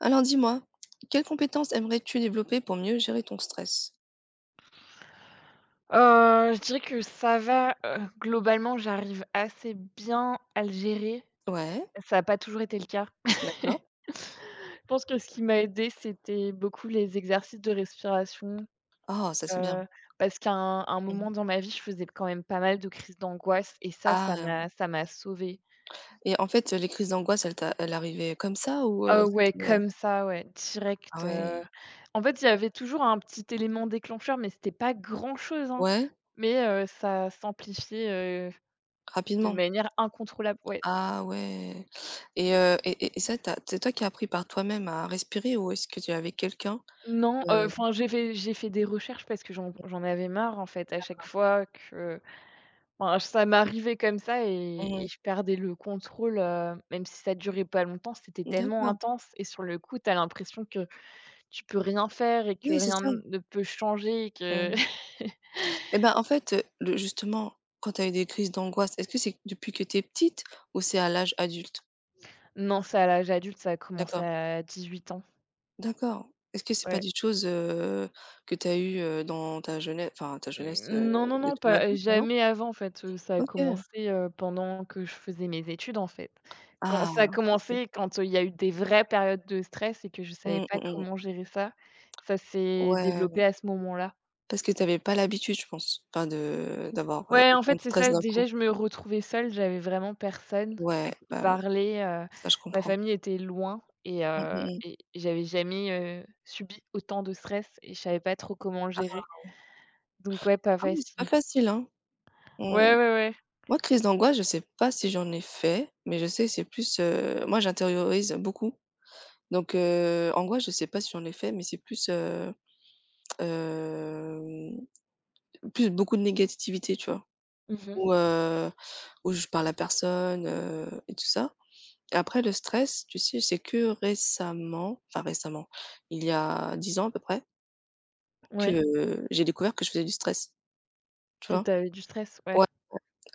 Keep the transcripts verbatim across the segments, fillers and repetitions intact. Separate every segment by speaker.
Speaker 1: Alors dis-moi, quelles compétences aimerais-tu développer pour mieux gérer ton stress?
Speaker 2: Heu, je dirais que ça va, heu, globalement, j'arrive assez bien à le gérer.
Speaker 1: Ouais,
Speaker 2: Ça a pas toujours été le cas.
Speaker 1: d'accord.
Speaker 2: Je pense que ce qui m'a aidée, c'était beaucoup les exercices de respiration,
Speaker 1: Ah, ça c'est bien.
Speaker 2: heu, parce qu'à un un
Speaker 1: Mmh.
Speaker 2: moment dans ma vie, je faisais quand même pas mal de crises d'angoisse et ça,
Speaker 1: Ah,
Speaker 2: ça
Speaker 1: hem
Speaker 2: m'a ça m'a sauvée.
Speaker 1: et en fait, les crises d'angoisse, elles t'a elles arrivaient comme ça ou, heu,
Speaker 2: Ah ouais,
Speaker 1: c'était, heu
Speaker 2: comme ça, ouais,
Speaker 1: ah
Speaker 2: direct, heu.
Speaker 1: ouais?
Speaker 2: En fait, il y avait toujours un petit élément déclencheur, mais c'était pas grand-chose, hein,
Speaker 1: Ouais?
Speaker 2: mais heu, ça s'amplifiait, euh, de
Speaker 1: Rapidement?
Speaker 2: manière incontrôlable, ouais.
Speaker 1: Ah ouais et heu et et et ça, tu c'est toi qui as appris par toi-même à respirer ou est-ce que tu es avec quelqu'un?
Speaker 2: Non, heu,
Speaker 1: Heu,
Speaker 2: enfin, j'ai fait j'ai fait des recherches parce que j'en j'en avais marre, en fait, à chaque fois que enfin, ça m'arrivait comme ça et et
Speaker 1: mmh,
Speaker 2: je perdais le contrôle, heu, même si ça durait pas longtemps, c'était tellement
Speaker 1: d'accord.
Speaker 2: intense et sur le coup, tu as l'impression que tu peux rien faire et que
Speaker 1: Oui, c'est
Speaker 2: rien
Speaker 1: ça.
Speaker 2: ne peut changer et que
Speaker 1: Mmh et ben, en fait, heu, le justement, quand tu as eu des crises d'angoisse, est-ce que c'est depuis que tu es petite ou c'est à l'âge adulte?
Speaker 2: non, ça, à l'âge adulte, ça a commencé
Speaker 1: D'accord.
Speaker 2: à dix-huit ans.
Speaker 1: D'accord. Est-ce que c'est pas
Speaker 2: Ouais.
Speaker 1: des choses, heu, que tu as eues, heu, dans ta jeunesse, enfin ta jeunesse, heu,
Speaker 2: Mmh, non, non,
Speaker 1: de
Speaker 2: non, pas
Speaker 1: traumatisme, non?
Speaker 2: jamais avant, en fait, heu, ça a
Speaker 1: OK.
Speaker 2: commencé, heu, pendant que je faisais mes études, en fait. Quand
Speaker 1: Ah
Speaker 2: ça a
Speaker 1: OK.
Speaker 2: commencé, quand, heu, il y a eu des vraies périodes de stress et que je savais
Speaker 1: Mmh,
Speaker 2: pas
Speaker 1: mmh mh.
Speaker 2: comment gérer ça, ça s'est développé
Speaker 1: Ouais,
Speaker 2: à ce moment-là.
Speaker 1: parce que tu avais pas l'habitude, je pense, enfin de d'avoir, heu,
Speaker 2: Ouais, en
Speaker 1: autant
Speaker 2: fait,
Speaker 1: de
Speaker 2: c'est
Speaker 1: stress
Speaker 2: ça,
Speaker 1: d'un
Speaker 2: déjà,
Speaker 1: coup.
Speaker 2: je me retrouvais seule, j'avais vraiment personne à
Speaker 1: Ouais,
Speaker 2: qui
Speaker 1: bah,
Speaker 2: parler, heu,
Speaker 1: ça je
Speaker 2: ma
Speaker 1: comprends.
Speaker 2: famille était loin et
Speaker 1: Mmh,
Speaker 2: heu
Speaker 1: mmh mh.
Speaker 2: et j'avais jamais, heu, subi autant de stress et je savais pas trop comment le gérer. Donc ouais, pas
Speaker 1: Ah oui, c'est pas
Speaker 2: facile.
Speaker 1: facile, hein.
Speaker 2: Ouais, ouais,
Speaker 1: Mmh.
Speaker 2: ouais.
Speaker 1: Moi, crise d'angoisse, je sais pas si j'en ai fait, mais je sais que c'est plus, heu, moi j'intériorise beaucoup. Donc heu, angoisse, je sais pas si j'en ai fait, mais c'est plus, heu, hem en plus beaucoup de négativité, tu vois?
Speaker 2: Mmh mh.
Speaker 1: Où, heu, où je parle à personne, heu et tout ça. Et après le stress, tu sais, c'est que récemment, enfin récemment, il y a dix ans à peu près,
Speaker 2: Ouais.
Speaker 1: que j'ai découvert que je faisais du stress, tu
Speaker 2: Que
Speaker 1: vois?
Speaker 2: tu avais du stress? Ouais.
Speaker 1: Ouais,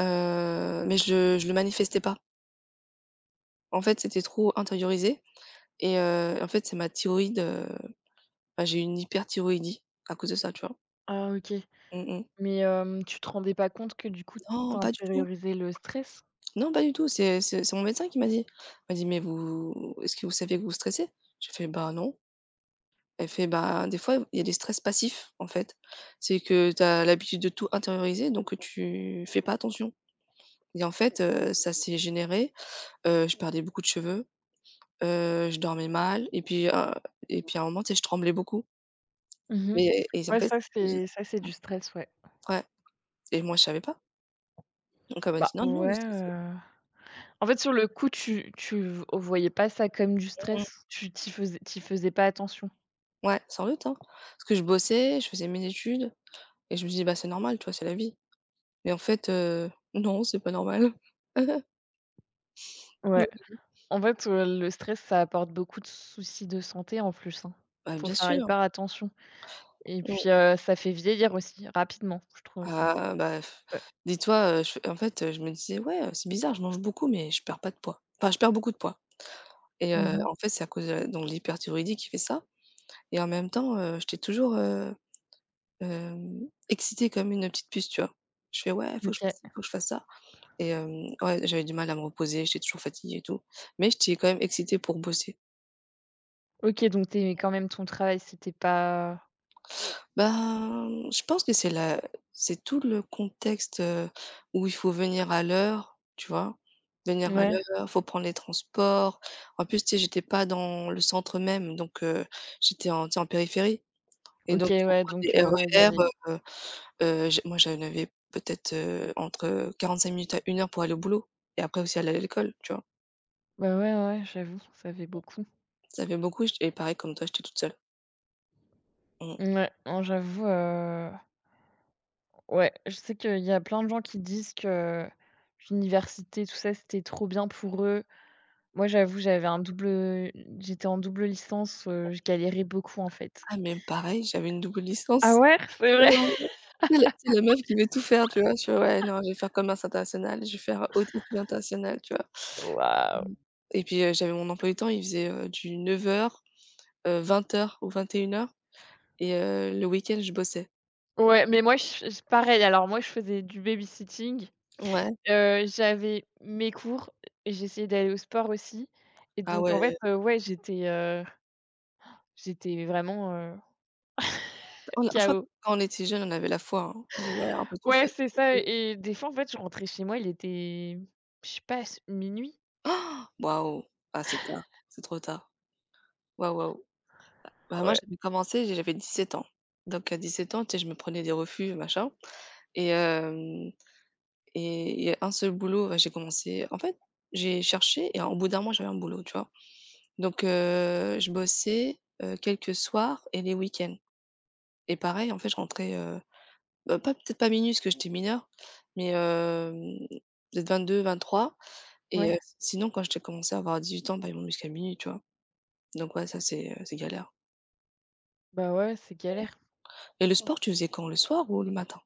Speaker 1: heu, mais je je le manifestais pas. En fait, c'était trop intériorisé et heu, en fait, c'est ma thyroïde, heu, enfin j'ai une hyperthyroïdie à cause de ça, tu vois?
Speaker 2: Ah OK.
Speaker 1: Mmh mh.
Speaker 2: Mais hem, tu te rendais pas compte que du coup, tu
Speaker 1: Non, pas du tout.
Speaker 2: intériorisais le stress?
Speaker 1: Non, pas du tout, c'est c'est c'est mon médecin qui m'a dit. Elle m'a dit: «Mais vous est-ce que vous savez que vous stressez?» J'ai fait: «Bah, non». Elle fait: «Bah, des fois, il y a des stress passifs, en fait. C'est que tu as l'habitude de tout intérioriser, donc tu fais pas attention» et en fait, heu, ça s'est généré, heu, je perdais beaucoup de cheveux, heu, je dormais mal et puis, heu et puis à un moment, tu sais, je tremblais beaucoup,
Speaker 2: Mmh.
Speaker 1: mais et en
Speaker 2: Ouais,
Speaker 1: fait
Speaker 2: ça c'est ça c'est du stress, ouais.
Speaker 1: ouais et moi, je savais pas, donc elle m'a
Speaker 2: Bah
Speaker 1: dit: «Non, non, vous
Speaker 2: ouais,
Speaker 1: stressez».
Speaker 2: heu, en fait sur le coup tu tu v voyais pas ça comme du
Speaker 1: Mmh,
Speaker 2: stress, tu t'y faisais t'y faisais pas attention.
Speaker 1: ouais, sans doute, hein, parce que je bossais, je faisais mes études. Et je me dis: «Bah, c'est normal, tu vois? C'est la vie». Mais en fait, heu, non, c'est pas normal. Non.
Speaker 2: Ouais. En fait, heu, le stress ça apporte beaucoup de soucis de santé en plus, hein.
Speaker 1: Bah,
Speaker 2: Faut
Speaker 1: bien
Speaker 2: faire
Speaker 1: sûr.
Speaker 2: hyper attention et
Speaker 1: Mmh.
Speaker 2: puis, heu, ça fait vieillir aussi rapidement, je trouve.
Speaker 1: Ah bah, f-
Speaker 2: Ouais.
Speaker 1: dis-toi, heu, je en fait, heu, je me disais: «Ouais, heu, c'est bizarre, je mange beaucoup mais je perds pas de poids». Enfin, je perds beaucoup de poids et heu,
Speaker 2: Mmh.
Speaker 1: en fait, c'est à cause de la donc de l'hyperthyroïdie qui fait ça et en même temps, heu, j'étais toujours, heu, hem, excitée comme une petite puce, tu vois? Je fais: «Ouais, faut que je
Speaker 2: OK.
Speaker 1: fasse ci, faut que je fasse ça» et hem, ouais, j'avais du mal à me reposer, j'étais toujours fatiguée et tout, mais j'étais quand même excitée pour bosser.
Speaker 2: OK, donc t'aimais quand même ton travail, c'était pas.
Speaker 1: Ben, je pense que c'est la c'est tout le contexte, heu, où il faut venir à l'heure, tu vois? Venir à
Speaker 2: Ouais,
Speaker 1: l'heure, faut prendre les transports. En plus, tu sais, j'étais pas dans le centre même, donc heu, j'étais en, tu sais, en périphérie et
Speaker 2: OK,
Speaker 1: donc il faut
Speaker 2: ouais,
Speaker 1: prendre
Speaker 2: donc
Speaker 1: les
Speaker 2: heu, ouais, il y
Speaker 1: R E R,
Speaker 2: avait.
Speaker 1: heu heu, j'ai moi, j'en avais peut-être, heu, entre quarante-cinq minutes à une heure pour aller au boulot et après aussi aller à l'école, tu vois?
Speaker 2: Bah, ouais, ouais, j'avoue, ça fait beaucoup.
Speaker 1: Ça fait beaucoup et pareil comme toi, j'étais toute seule. Mmh.
Speaker 2: Mouais, non, j'avoue, heu, ouais, je sais qu'il y a plein de gens qui disent que l'université, tout ça, c'était trop bien pour eux. Moi, j'avoue, j'avais un double, heu, j'étais en double licence, heu, je galérais beaucoup, en fait.
Speaker 1: Ah mais pareil, j'avais une double
Speaker 2: Ah
Speaker 1: licence.
Speaker 2: ouais? C'est vrai?
Speaker 1: Oh. C'est la c'est la meuf qui veut tout faire, tu vois? Je fais: «Ouais, non, je vais faire commerce international, je vais faire haute études internationales», tu vois?
Speaker 2: Waouh!
Speaker 1: Mmh. Et puis, heu, j'avais mon emploi du temps, il faisait, heu, du neuf heures, heu, vingt heures ou vingt et une heures et heu, le week-end, je bossais.
Speaker 2: Ouais, mais moi, je je pareil, alors moi, je faisais du babysitting,
Speaker 1: Ouais,
Speaker 2: heu, j'avais mes cours et j'essayais d'aller au sport aussi et
Speaker 1: ah
Speaker 2: donc en fait,
Speaker 1: ouais,
Speaker 2: heu, ouais, j'étais, heu j'étais vraiment, heu,
Speaker 1: on a, je crois que
Speaker 2: K O.
Speaker 1: quand on était jeunes, on avait la foi, hein. On dit: «Ouais, on peut tout
Speaker 2: Ouais,
Speaker 1: faire,
Speaker 2: c'est
Speaker 1: on
Speaker 2: ça
Speaker 1: peut tout».
Speaker 2: et des fois, en fait, je rentrais chez moi, il était, je sais pas, s minuit?
Speaker 1: Waouh! Ah, c'est tard, c'est trop tard. Waouh, waouh. Bah, moi,
Speaker 2: Ouais,
Speaker 1: j'avais commencé, j'avais dix sept ans. Donc à dix sept ans, tu sais, je me prenais des refus, machin et hem Et il y a un seul boulot, bah, j'ai commencé en fait, j'ai cherché et au bout d'un mois, j'avais un boulot, tu vois? Donc heu, je bossais, heu, quelques soirs et les week-ends et pareil, en fait, je rentrais, heu, bah, pas peut-être pas minuit parce que j'étais mineure, mais hem, peut-être vingt-deux vingt-trois et
Speaker 2: ouais,
Speaker 1: heu, sinon quand j'ai commencé à avoir dix-huit ans, bah, ils m'ont mis jusqu'à minuit, tu vois? Donc ouais, ça c'est, heu, c'est galère
Speaker 2: bah, ouais, c'est galère.
Speaker 1: et le sport, tu faisais quand? Le soir ou le matin?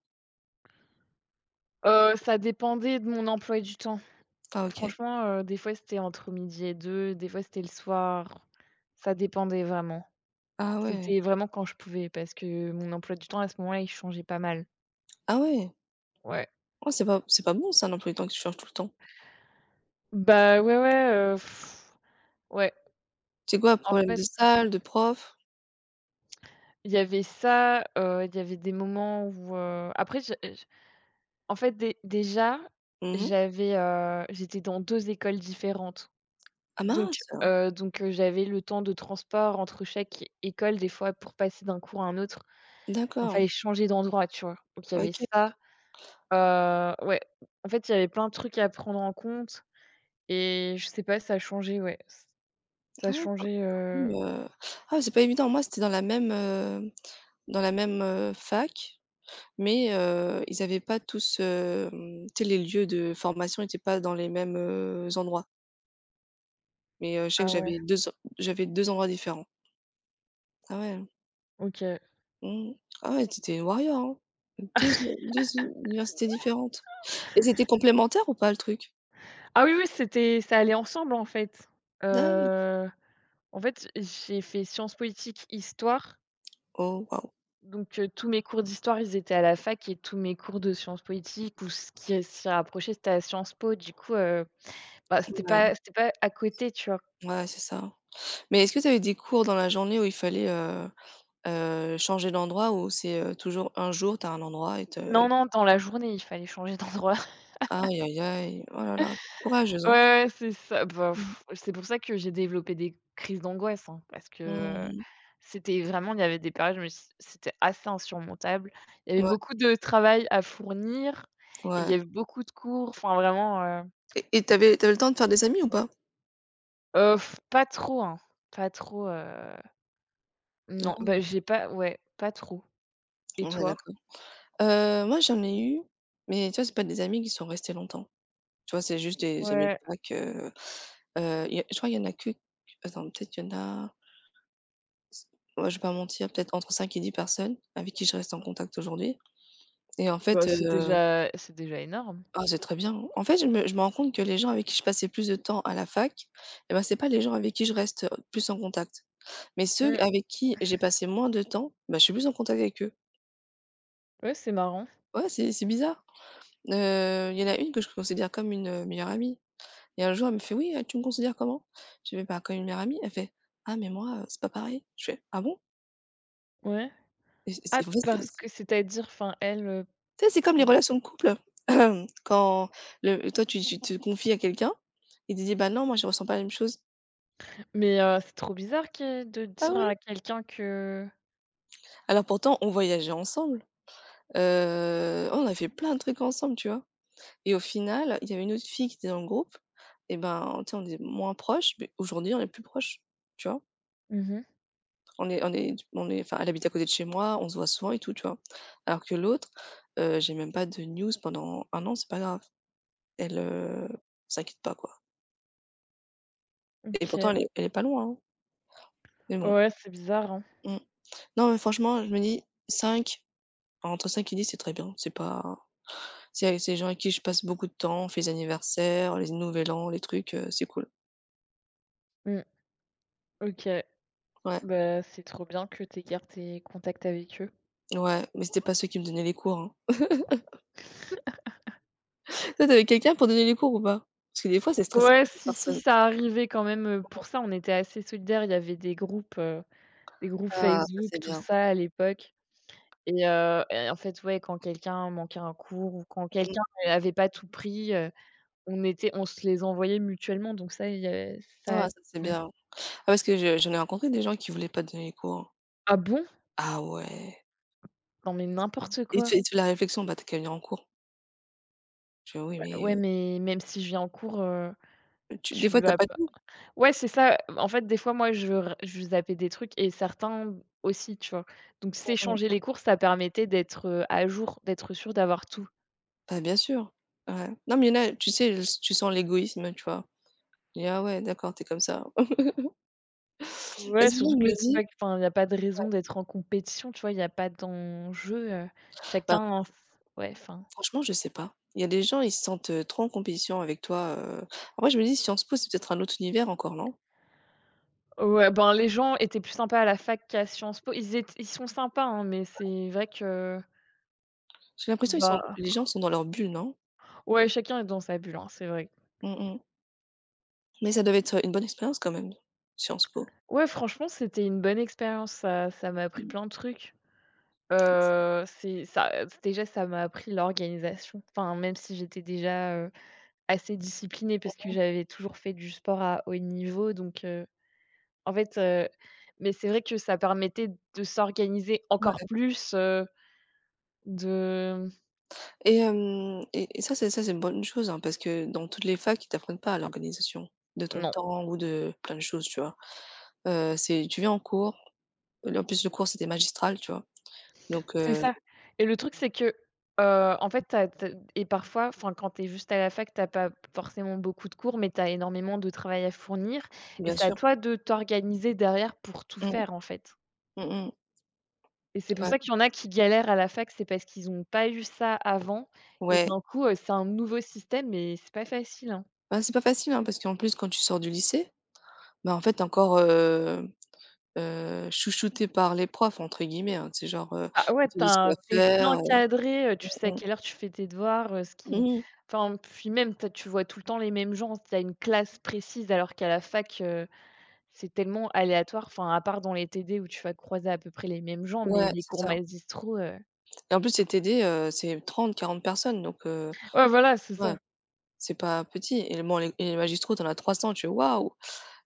Speaker 2: Heu, ça dépendait de mon emploi du temps.
Speaker 1: Ah OK.
Speaker 2: Franchement, heu, des fois, c'était entre midi et deux, des fois, c'était le soir. Ça dépendait vraiment.
Speaker 1: Ah ouais.
Speaker 2: C'était vraiment quand je pouvais parce que mon emploi du temps, à ce moment-là, il changeait pas mal.
Speaker 1: Ah ouais.
Speaker 2: Ouais.
Speaker 1: Oh, c'est pas c'est pas bon ça, un emploi du temps que tu changes tout le temps.
Speaker 2: Bah, ouais, ouais, heu, ouais.
Speaker 1: C'est quoi?
Speaker 2: En
Speaker 1: Problème de
Speaker 2: fait,
Speaker 1: salle, de prof?
Speaker 2: il y avait ça, heu, il y avait des moments où, heu, après je en fait, dé déjà,
Speaker 1: Mmh.
Speaker 2: j'avais, heu, j'étais dans deux écoles différentes.
Speaker 1: Ah
Speaker 2: Donc,
Speaker 1: mince!
Speaker 2: heu, donc, heu, j'avais le temps de transport entre chaque école, des fois, pour passer d'un cours à un autre. Enfin,
Speaker 1: D'accord,
Speaker 2: fallait changer d'endroit, tu vois? Donc il y avait
Speaker 1: OK.
Speaker 2: ça. Heu, ouais, en fait, il y avait plein de trucs à prendre en compte et je sais pas, ça a changé, ouais, ç ça a
Speaker 1: Ah ouais, quand
Speaker 2: changé,
Speaker 1: quand même,
Speaker 2: heu
Speaker 1: heu, ah c'est pas évident. Moi, c'était dans la même, heu, dans la même, heu, fac, mais heu, ils avaient pas tous, hem, tu sais, les lieux de formation étaient pas dans les mêmes, heu, endroits. Mais heu, je sais que
Speaker 2: ah ouais,
Speaker 1: j'avais deux en j'avais deux endroits différents. Ah ouais,
Speaker 2: OK.
Speaker 1: mmh. Ah ouais, tu étais une warrior, hein. deux u deux universités différentes et c'était complémentaire ou pas le truc?
Speaker 2: Ah oui, oui, c'était ça allait ensemble, en fait.
Speaker 1: Dac,
Speaker 2: Heu, En fait, j'ai fait sciences politiques, histoire.
Speaker 1: oh waouh!
Speaker 2: Donc, heu, tous mes cours d'histoire, ils étaient à la fac et tous mes cours de sciences politiques ou ce qui s'y rapprochait, c'était à Sciences Po. Du coup, heu, bah, c'était
Speaker 1: Ouais,
Speaker 2: pas c'était pas à côté, tu vois?
Speaker 1: ouais, c'est ça. Mais est-ce que tu avais des cours dans la journée où il fallait, heu Heu, changer d'endroit où c'est, heu, toujours un jour, t'as un endroit et te
Speaker 2: Non, non, dans la journée, il fallait changer d'endroit.
Speaker 1: aïe, aïe, aïe, oh là là, courageuse,
Speaker 2: Ouais,
Speaker 1: hein.
Speaker 2: ouais, c'est ça. Bah,
Speaker 1: Mmh.
Speaker 2: pff, c'est pour ça que j'ai développé des crises d'angoisse, hein, parce que, heu,
Speaker 1: Mmh.
Speaker 2: c'était vraiment il y avait des périodes, où c'était assez insurmontable. Il y avait
Speaker 1: Ouais,
Speaker 2: beaucoup de travail à fournir et il y
Speaker 1: ouais
Speaker 2: avait beaucoup de cours, enfin vraiment, heu,
Speaker 1: et et t'avais, avais le temps de faire des amis ou pas?
Speaker 2: heu, pas trop, hein, pas trop, heu
Speaker 1: Ah
Speaker 2: non,
Speaker 1: ouais?
Speaker 2: bah, j'ai pas ouais, pas trop. Et
Speaker 1: Ouais,
Speaker 2: toi?
Speaker 1: d'accord. Heu, moi, j'en ai eu, mais tu vois, c'est pas des amis qui sont restés longtemps. Tu vois, c'est juste des amis de
Speaker 2: Ouais.
Speaker 1: fac, heu heu, y a, je crois il y en a que attends, peut-être qu'il y en a, ouais, je vais pas mentir, peut-être entre cinq et dix personnes avec qui je reste en contact aujourd'hui et en
Speaker 2: Bah,
Speaker 1: fait,
Speaker 2: c'est déjà c'est déjà énorme.
Speaker 1: ah, c'est très bien. En fait, je me je me rends compte que les gens avec qui je passais plus de temps à la fac, eh bah, c'est pas les gens avec qui je reste, heu, plus en contact. Mais ceux
Speaker 2: Mmh.
Speaker 1: avec qui j'ai passé moins de temps, bah, je suis plus en contact avec eux.
Speaker 2: Ouais, c'est marrant.
Speaker 1: Ouais, c'est c'est bizarre. Heu, il y en a une que je considère comme une, heu, meilleure amie et un jour elle me fait: «Oui, heu, tu me considères comment?» Je fais: «Bah, comme une meilleure amie». Elle fait: «Ah mais moi, heu, c'est pas pareil». Je fais: «Ah bon?»
Speaker 2: Ouais.
Speaker 1: Et c'est
Speaker 2: Ah,
Speaker 1: c'est en fait, c'est
Speaker 2: parce que
Speaker 1: c'est,
Speaker 2: c'est-à-dire, enfin, elle, heu,
Speaker 1: tu sais, c'est comme les
Speaker 2: pour
Speaker 1: relations de couple. Quand le toi tu tu te confies à quelqu'un, il te dit: «Bah non, moi je ressens pas la même chose».
Speaker 2: mais heu, c'est trop bizarre que de
Speaker 1: Ah
Speaker 2: dire
Speaker 1: oui!
Speaker 2: à quelqu'un que.
Speaker 1: Alors pourtant, on voyageait ensemble, heu, on a fait plein de trucs ensemble, tu vois? Et au final, il y avait une autre fille qui était dans le groupe et ben, tu sais, on est moins proches, mais aujourd'hui, on est plus proches, tu vois?
Speaker 2: Mmh.
Speaker 1: On est on est on est, enfin, elle habite à côté de chez moi, on se voit souvent et tout, tu vois? Alors que l'autre, heu, j'ai même pas de news pendant un an, c'est pas grave. Elle, heu, s'inquiète pas, quoi. Et
Speaker 2: OK.
Speaker 1: pourtant, elle est elle est pas loin, hein, mais bon.
Speaker 2: Ouais, c'est bizarre, hein.
Speaker 1: Mmh. Non, mais franchement, je me dis cinq, entre cinq et dix c'est très bien, c'est pas, c'est avec ces gens avec qui je passe beaucoup de temps, on fait les anniversaires, les nouvel an, les trucs, heu, c'est cool.
Speaker 2: Mmh. OK.
Speaker 1: Ouais,
Speaker 2: Bah, c'est trop bien que tu gardes tes contacts avec eux.
Speaker 1: ouais, mais c'était pas ceux qui me donnaient les cours, hein. Toi, tu avais quelqu'un pour donner les cours ou pas? Parce que des fois, c'est stressant
Speaker 2: Ouais,
Speaker 1: pour les
Speaker 2: si, si,
Speaker 1: personnes.
Speaker 2: ça arrivait quand même, heu, pour ça, on était assez solidaires. Il y avait des groupes, heu, des groupes
Speaker 1: Ah, ça,
Speaker 2: Facebook,
Speaker 1: c'est
Speaker 2: tout
Speaker 1: bien.
Speaker 2: ça, à l'époque. Et heu et en fait, ouais, quand quelqu'un manquait un cours ou quand
Speaker 1: Mmh.
Speaker 2: quelqu'un avait pas tout pris, heu, on était on se les envoyait mutuellement donc ça, il y a ça allait,
Speaker 1: Ah, ça, c'est
Speaker 2: ouais.
Speaker 1: bien. Ah, parce que je j'en ai rencontré des gens qui voulaient pas te donner les cours, hein.
Speaker 2: Ah bon?
Speaker 1: Ah ouais.
Speaker 2: Non mais n'importe
Speaker 1: Et
Speaker 2: quoi.
Speaker 1: tu fais il te la réflexion: «Bah, tu as qu'à venir en cours». Je fais: «Oui, mais
Speaker 2: Ouais, mais même si je viens en cours, heu,
Speaker 1: heu, tu des
Speaker 2: tu
Speaker 1: fois, tu as
Speaker 2: vas
Speaker 1: pas
Speaker 2: pas
Speaker 1: tout».
Speaker 2: ouais, c'est ça. En fait, des fois, moi, je r je zappais des trucs et certains aussi, tu vois? Donc
Speaker 1: Mmh mh.
Speaker 2: s'échanger les cours, ça permettait d'être, heu, à jour, d'être sûr d'avoir tout.
Speaker 1: Bah, bien sûr. Ouais. Non, mais il y en a, tu sais, tu sens l'égoïsme, tu vois? Je dis: «Ah ouais, d'accord, tu es comme ça».
Speaker 2: Ouais,
Speaker 1: Parce que là,
Speaker 2: surtout
Speaker 1: je
Speaker 2: que
Speaker 1: me
Speaker 2: c'est
Speaker 1: dis:
Speaker 2: pas que enfin, il y a pas de raison d'être en compétition, tu vois? Il y a pas d'enjeu, heu,
Speaker 1: «Bah».
Speaker 2: chacun f ouais, enfin
Speaker 1: Franchement, je sais pas. Il y a des gens, ils se sentent, heu, trop en compétition avec toi, heu, en vrai, je me dis Sciences Po, c'est peut-être un autre univers encore, non?
Speaker 2: ouais, ben, les gens étaient plus sympas à la fac qu'à Sciences Po. Ils étaient, ils sont sympas, hein, mais c'est vrai que,
Speaker 1: J'ai l'impression ils sont
Speaker 2: bah,
Speaker 1: les gens sont dans leur bulle, non?
Speaker 2: ouais, chacun est dans sa bulle, hein, c'est vrai.
Speaker 1: Mmh mh. Mais ça devait être une bonne expérience quand même, Sciences Po.
Speaker 2: Ouais, franchement, c'était une bonne expérience, ça ça m'a appris
Speaker 1: Mmh.
Speaker 2: plein de trucs. Heu, c'est ça, déjà, ça m'a appris l'organisation. Enfin, même si j'étais déjà, heu, assez disciplinée parce que j'avais toujours fait du sport à haut niveau donc heu En fait, heu, mais c'est vrai que ça permettait de s'organiser
Speaker 1: Ouais
Speaker 2: encore plus, heu, de
Speaker 1: et hem et et ça c'est ça c'est une bonne chose, hein, parce que dans toutes les facs, ils t'apprennent pas à l'organisation de ton
Speaker 2: non,
Speaker 1: temps ou de plein de choses, tu vois? Heu, c'est tu viens en cours, en plus le cours c'était magistral, tu vois? Donc
Speaker 2: c'est
Speaker 1: heu,
Speaker 2: ça et le truc, c'est que, heu, en fait, tu as tu as et parfois, enfin, quand tu es juste à la fac, tu as pas forcément beaucoup de cours, mais tu as énormément de travail à fournir et
Speaker 1: bien
Speaker 2: c'est à
Speaker 1: sûr.
Speaker 2: toi de t'organiser derrière pour tout
Speaker 1: Mmh.
Speaker 2: faire, en fait
Speaker 1: Mmh mh.
Speaker 2: et c'est pour
Speaker 1: Ouais.
Speaker 2: ça qu'il y en a qui galèrent à la fac, c'est parce qu'ils ont pas eu ça avant et
Speaker 1: Ouais.
Speaker 2: d'un coup, heu, c'est un nouveau système et c'est pas facile, hein.
Speaker 1: Ben, c'est pas facile, hein, parce qu'en plus quand tu sors du lycée, bah, en fait encore, heu heu, chouchouté par les profs entre guillemets, hein. C'est genre, heu,
Speaker 2: Ah ouais,
Speaker 1: ils te
Speaker 2: tu
Speaker 1: disent quoi
Speaker 2: as bien
Speaker 1: faire, heu
Speaker 2: encadré, heu, tu sais à
Speaker 1: mmh.
Speaker 2: quelle heure tu fais tes devoirs, heu, ce qui
Speaker 1: Mmh.
Speaker 2: enfin, puis même, t'as, tu vois tout le temps les mêmes gens, T'as une classe précise alors qu'à la fac, heu, c'est tellement aléatoire. Enfin, à part dans les T D où tu vas croiser à peu près les mêmes gens, mais
Speaker 1: Ouais,
Speaker 2: les
Speaker 1: c'est
Speaker 2: cours
Speaker 1: ça
Speaker 2: magistraux, heu
Speaker 1: et en plus c'est T D, heu, c'est trente quarante personnes donc heu,
Speaker 2: ouais, voilà, c'est
Speaker 1: ouais,
Speaker 2: ça.
Speaker 1: c'est pas petit et bon les et les magistraux, tu en as trois cents, tu fais: «Waouh!»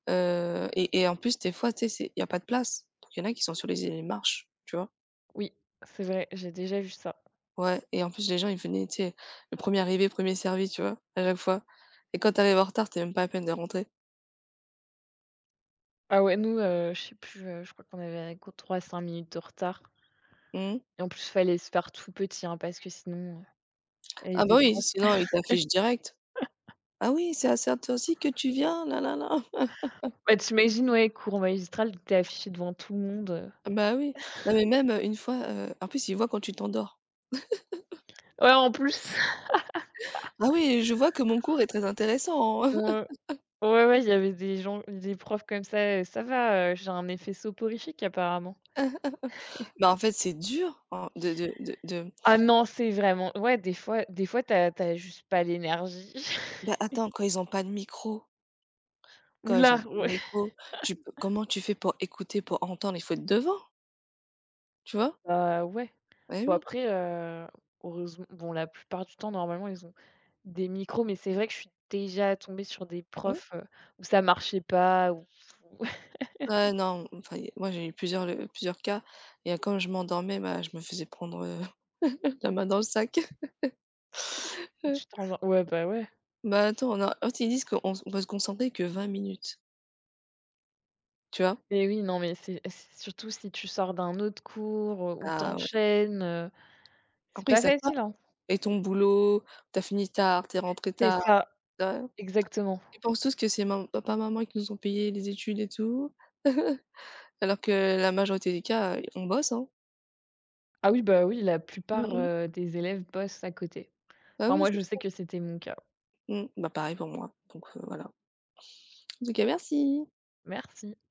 Speaker 1: heu et et en plus des fois, tu sais, il y a pas de place. Donc il y en a qui sont sur les les marches, tu vois?
Speaker 2: Oui, c'est vrai, j'ai déjà vu ça.
Speaker 1: Ouais et en plus les gens, ils venaient, tu sais, le premier arrivé, premier servi, tu vois? À chaque fois et quand t'arrives en retard, t'es même pas à peine de rentrer.
Speaker 2: Ah ouais, nous, heu, je sais plus, heu, je crois qu'on avait un co trois cinq minutes de retard
Speaker 1: Mmh.
Speaker 2: et en plus, fallait se faire tout petit, hein, parce que sinon, heu, les
Speaker 1: Ah bah
Speaker 2: des
Speaker 1: oui,
Speaker 2: profs.
Speaker 1: sinon ils t'affichent direct. Ah oui, c'est à cette heure-ci que tu viens? Là là là.
Speaker 2: Bah, tu imagines, ouais, cours magistral, t'es affiché devant tout le monde, heu
Speaker 1: Ah bah oui. Non mais même, heu, une fois, heu, en plus, il voit quand tu t'endors.
Speaker 2: Ouais, en plus,
Speaker 1: «Ah oui, je vois que mon cours est très intéressant, hein».
Speaker 2: ouais, ouais, ouais, il y avait des gens, des profs comme ça, heu, ça va, heu, j'ai un effet soporifique apparemment.
Speaker 1: Bah, en fait, c'est dur, hein, de de de de
Speaker 2: Ah non, c'est vraiment ouais, des fois des fois t'as t'as juste pas l'énergie.
Speaker 1: bah, attends, quand ils ont pas de micro,
Speaker 2: Ouh
Speaker 1: quand ils ont pas de
Speaker 2: ouais.
Speaker 1: micro, tu peux comment tu fais pour écouter, pour entendre? Il faut être devant, tu vois?
Speaker 2: Bah, ouais.
Speaker 1: Eh
Speaker 2: Bon
Speaker 1: oui,
Speaker 2: après, heu, heureusement bon la plupart du temps normalement ils ont des micros, mais c'est vrai que je suis déjà tombée sur des
Speaker 1: ouais.
Speaker 2: profs, heu, où ça marchait pas, ou
Speaker 1: Ouais, non, enfin, il y moi, j'ai eu plusieurs le plusieurs cas et quand je m'endormais, bah, je me faisais prendre, heu, la main dans le sac. Euh,
Speaker 2: tu te rends ouais, bah, ouais.
Speaker 1: bah, attends, on a en ils disent qu'on s- on peut se concentrer que vingt minutes, tu vois?
Speaker 2: Mais oui, non mais c'est c'est surtout si tu sors d'un autre cours, heu, ou
Speaker 1: Ah ouais.
Speaker 2: t'enchaînes enchaînes, c'est
Speaker 1: Après ils
Speaker 2: pas
Speaker 1: savent pas
Speaker 2: facile, hein.
Speaker 1: et ton boulot, t'as fini tard, t'es rentré
Speaker 2: C'est
Speaker 1: tard,
Speaker 2: ça,
Speaker 1: tu,
Speaker 2: exactement.
Speaker 1: ils pensent tous que c'est mam papa, maman qui nous ont payé les études et tout, alors que la majorité des cas, heu, on bosse, hein.
Speaker 2: Ah oui, bah oui, la
Speaker 1: Mmh
Speaker 2: plupart,
Speaker 1: mh.
Speaker 2: heu, des élèves bossent à côté.
Speaker 1: Bah
Speaker 2: Enfin
Speaker 1: oui,
Speaker 2: moi,
Speaker 1: c'est
Speaker 2: je sais
Speaker 1: ça.
Speaker 2: que c'était mon cas.
Speaker 1: Mmh, bah pareil pour moi, donc heu, voilà. En tout cas, merci.
Speaker 2: Merci.